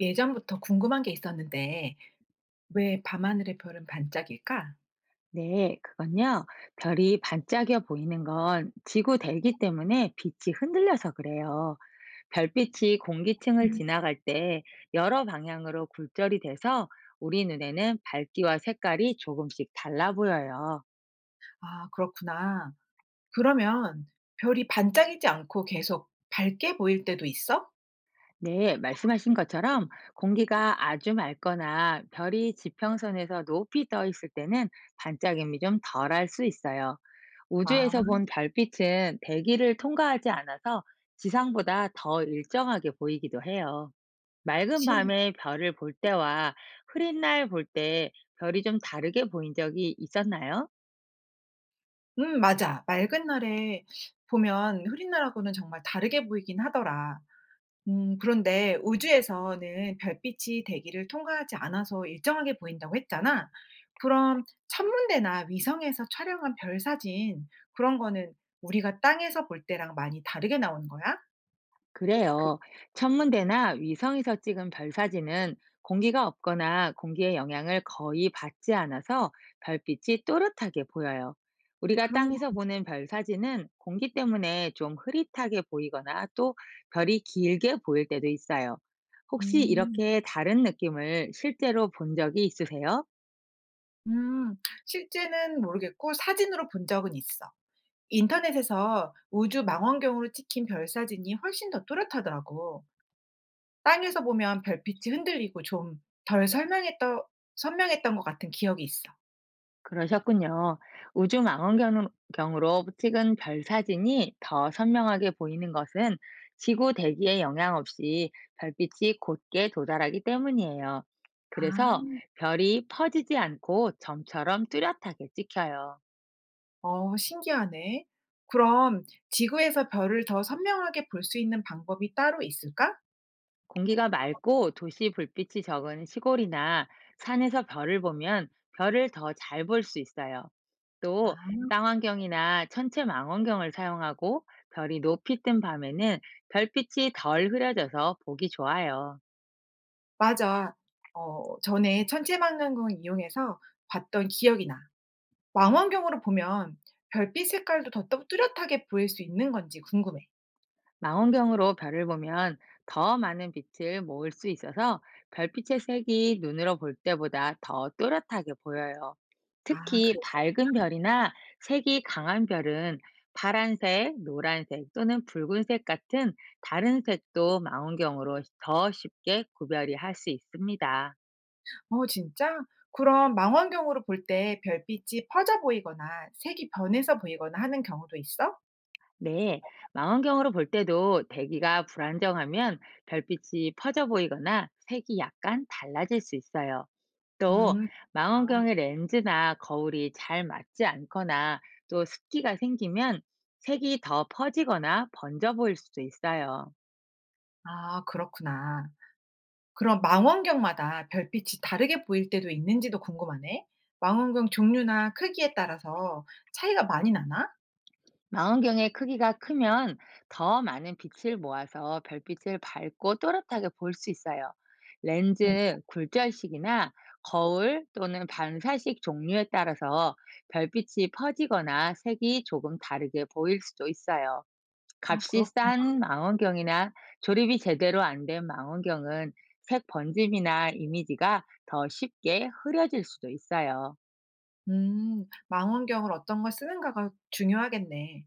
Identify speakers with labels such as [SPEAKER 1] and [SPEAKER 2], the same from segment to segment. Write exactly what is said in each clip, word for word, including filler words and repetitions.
[SPEAKER 1] 예전부터 궁금한 게 있었는데 왜 밤하늘의 별은 반짝일까?
[SPEAKER 2] 네, 그건요. 별이 반짝여 보이는 건 지구 대기 때문에 빛이 흔들려서 그래요. 별빛이 공기층을
[SPEAKER 1] 음.
[SPEAKER 2] 지나갈 때 여러 방향으로 굴절이 돼서 우리 눈에는 밝기와 색깔이 조금씩 달라 보여요.
[SPEAKER 1] 아, 그렇구나. 그러면 별이 반짝이지 않고 계속 밝게 보일 때도 있어?
[SPEAKER 2] 네, 말씀하신 것처럼 공기가 아주 맑거나 별이 지평선에서 높이 떠 있을 때는 반짝임이 좀 덜할 수 있어요. 우주에서
[SPEAKER 1] 아,
[SPEAKER 2] 본 별빛은 대기를 통과하지 않아서 지상보다 더 일정하게 보이기도 해요. 맑은
[SPEAKER 1] 신
[SPEAKER 2] 밤에 별을 볼 때와 흐린 날 볼 때 별이 좀 다르게 보인 적이 있었나요?
[SPEAKER 1] 음, 맞아. 맑은 날에 보면 흐린 날하고는 정말 다르게 보이긴 하더라. 음, 그런데 우주에서는 별빛이 대기를 통과하지 않아서 일정하게 보인다고 했잖아. 그럼 천문대나 위성에서 촬영한 별 사진, 그런 거는 우리가 땅에서 볼 때랑 많이 다르게 나오는 거야?
[SPEAKER 2] 그래요. 천문대나 위성에서 찍은 별 사진은 공기가 없거나 공기의 영향을 거의 받지 않아서 별빛이 또렷하게 보여요. 우리가
[SPEAKER 1] 그런 거.
[SPEAKER 2] 땅에서 보는 별 사진은 공기 때문에 좀 흐릿하게 보이거나 또 별이 길게 보일 때도 있어요. 혹시
[SPEAKER 1] 음.
[SPEAKER 2] 이렇게 다른 느낌을 실제로 본 적이 있으세요?
[SPEAKER 1] 음. 실제는 모르겠고 사진으로 본 적은 있어. 인터넷에서 우주 망원경으로 찍힌 별 사진이 훨씬 더 또렷하더라고. 땅에서 보면 별빛이 흔들리고 좀 덜 설명했던 선명했던 것 같은 기억이 있어.
[SPEAKER 2] 그러셨군요. 우주 망원경으로 찍은 별 사진이 더 선명하게 보이는 것은 지구 대기에 영향 없이 별빛이 곧게 도달하기 때문이에요. 그래서
[SPEAKER 1] 아.
[SPEAKER 2] 별이 퍼지지 않고 점처럼 뚜렷하게 찍혀요.
[SPEAKER 1] 어, 신기하네. 그럼 지구에서 별을 더 선명하게 볼 수 있는 방법이 따로 있을까?
[SPEAKER 2] 공기가 맑고 도시 불빛이 적은 시골이나 산에서 별을 보면 별을 더 잘 볼 수 있어요. 또
[SPEAKER 1] 아.
[SPEAKER 2] 쌍안경이나 천체 망원경을 사용하고 별이 높이 뜬 밤에는 별빛이 덜 흐려져서 보기 좋아요.
[SPEAKER 1] 맞아. 어, 전에 천체망원경을 이용해서 봤던 기억이 나. 망원경으로 보면 별빛 색깔도 더 뚜- 뚜렷하게 보일 수 있는 건지 궁금해.
[SPEAKER 2] 망원경으로 별을 보면 더 많은 빛을 모을 수 있어서 별빛의 색이 눈으로 볼 때보다 더 또렷하게 보여요.
[SPEAKER 1] 아,
[SPEAKER 2] 특히
[SPEAKER 1] 그래서.
[SPEAKER 2] 밝은 별이나 색이 강한 별은 파란색, 노란색 또는 붉은색 같은 다른 색도 망원경으로 더 쉽게 구별이 할 수 있습니다.
[SPEAKER 1] 어, 진짜? 그럼 망원경으로 볼 때 별빛이 퍼져 보이거나 색이 변해서 보이거나 하는 경우도 있어?
[SPEAKER 2] 네, 망원경으로 볼 때도 대기가 불안정하면 별빛이 퍼져 보이거나 색이 약간 달라질 수 있어요. 또
[SPEAKER 1] 음. 아.
[SPEAKER 2] 망원경의 렌즈나 거울이 잘 맞지 않거나 또 습기가 생기면 색이 더 퍼지거나 번져 보일 수도 있어요.
[SPEAKER 1] 아, 그렇구나. 그럼 망원경마다 별빛이 다르게 보일 때도 있는지도 궁금하네. 망원경 종류나 크기에 따라서 차이가 많이 나나?
[SPEAKER 2] 망원경의 크기가 크면 더 많은 빛을 모아서 별빛을 밝고 또렷하게 볼 수 있어요.
[SPEAKER 1] 음.
[SPEAKER 2] 렌즈 굴절식이나 거울 또는 반사식 종류에 따라서 별빛이 퍼지거나 색이 조금 다르게 보일 수도 있어요.
[SPEAKER 1] 아,
[SPEAKER 2] 값이
[SPEAKER 1] 그렇구나.
[SPEAKER 2] 싼 망원경이나 조립이 제대로 안 된 망원경은 색 번짐이나 이미지가 더 쉽게 흐려질 수도 있어요.
[SPEAKER 1] 음. 망원경을 어떤 걸 쓰는가가 중요하겠네.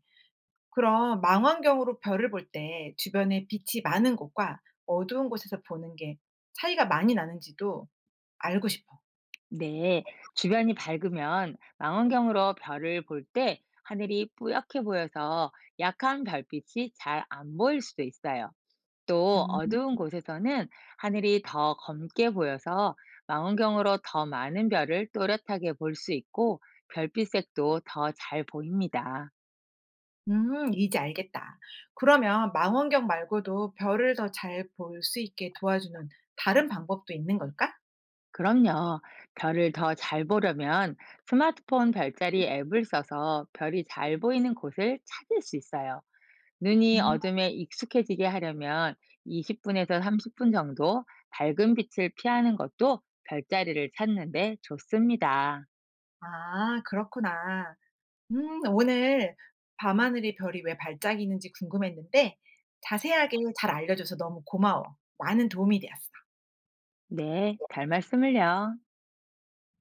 [SPEAKER 1] 그럼 망원경으로 별을 볼 때 주변에 빛이 많은 곳과 어두운 곳에서 보는 게 차이가 많이 나는지도 알고 싶어.
[SPEAKER 2] 네, 주변이 밝으면 망원경으로 별을 볼 때 하늘이 뿌옇게 보여서 약한 별빛이 잘 안 보일 수도 있어요. 또
[SPEAKER 1] 음.
[SPEAKER 2] 어두운 곳에서는 하늘이 더 검게 보여서 망원경으로 더 많은 별을 또렷하게 볼 수 있고 별빛 색도 더 잘 보입니다.
[SPEAKER 1] 음, 이제 알겠다. 그러면 망원경 말고도 별을 더 잘 볼 수 있게 도와주는 다른 방법도 있는 걸까?
[SPEAKER 2] 그럼요. 별을 더 잘 보려면 스마트폰 별자리 앱을 써서 별이 잘 보이는 곳을 찾을 수 있어요. 눈이
[SPEAKER 1] 음.
[SPEAKER 2] 어둠에 익숙해지게 하려면 이십 분에서 삼십 분 정도 밝은 빛을 피하는 것도 별자리를 찾는 데 좋습니다.
[SPEAKER 1] 아, 그렇구나. 음, 오늘 밤하늘의 별이 왜 반짝이는지 궁금했는데 자세하게 잘 알려줘서 너무 고마워. 많은 도움이 되었어.
[SPEAKER 2] 네, 별 말씀을요.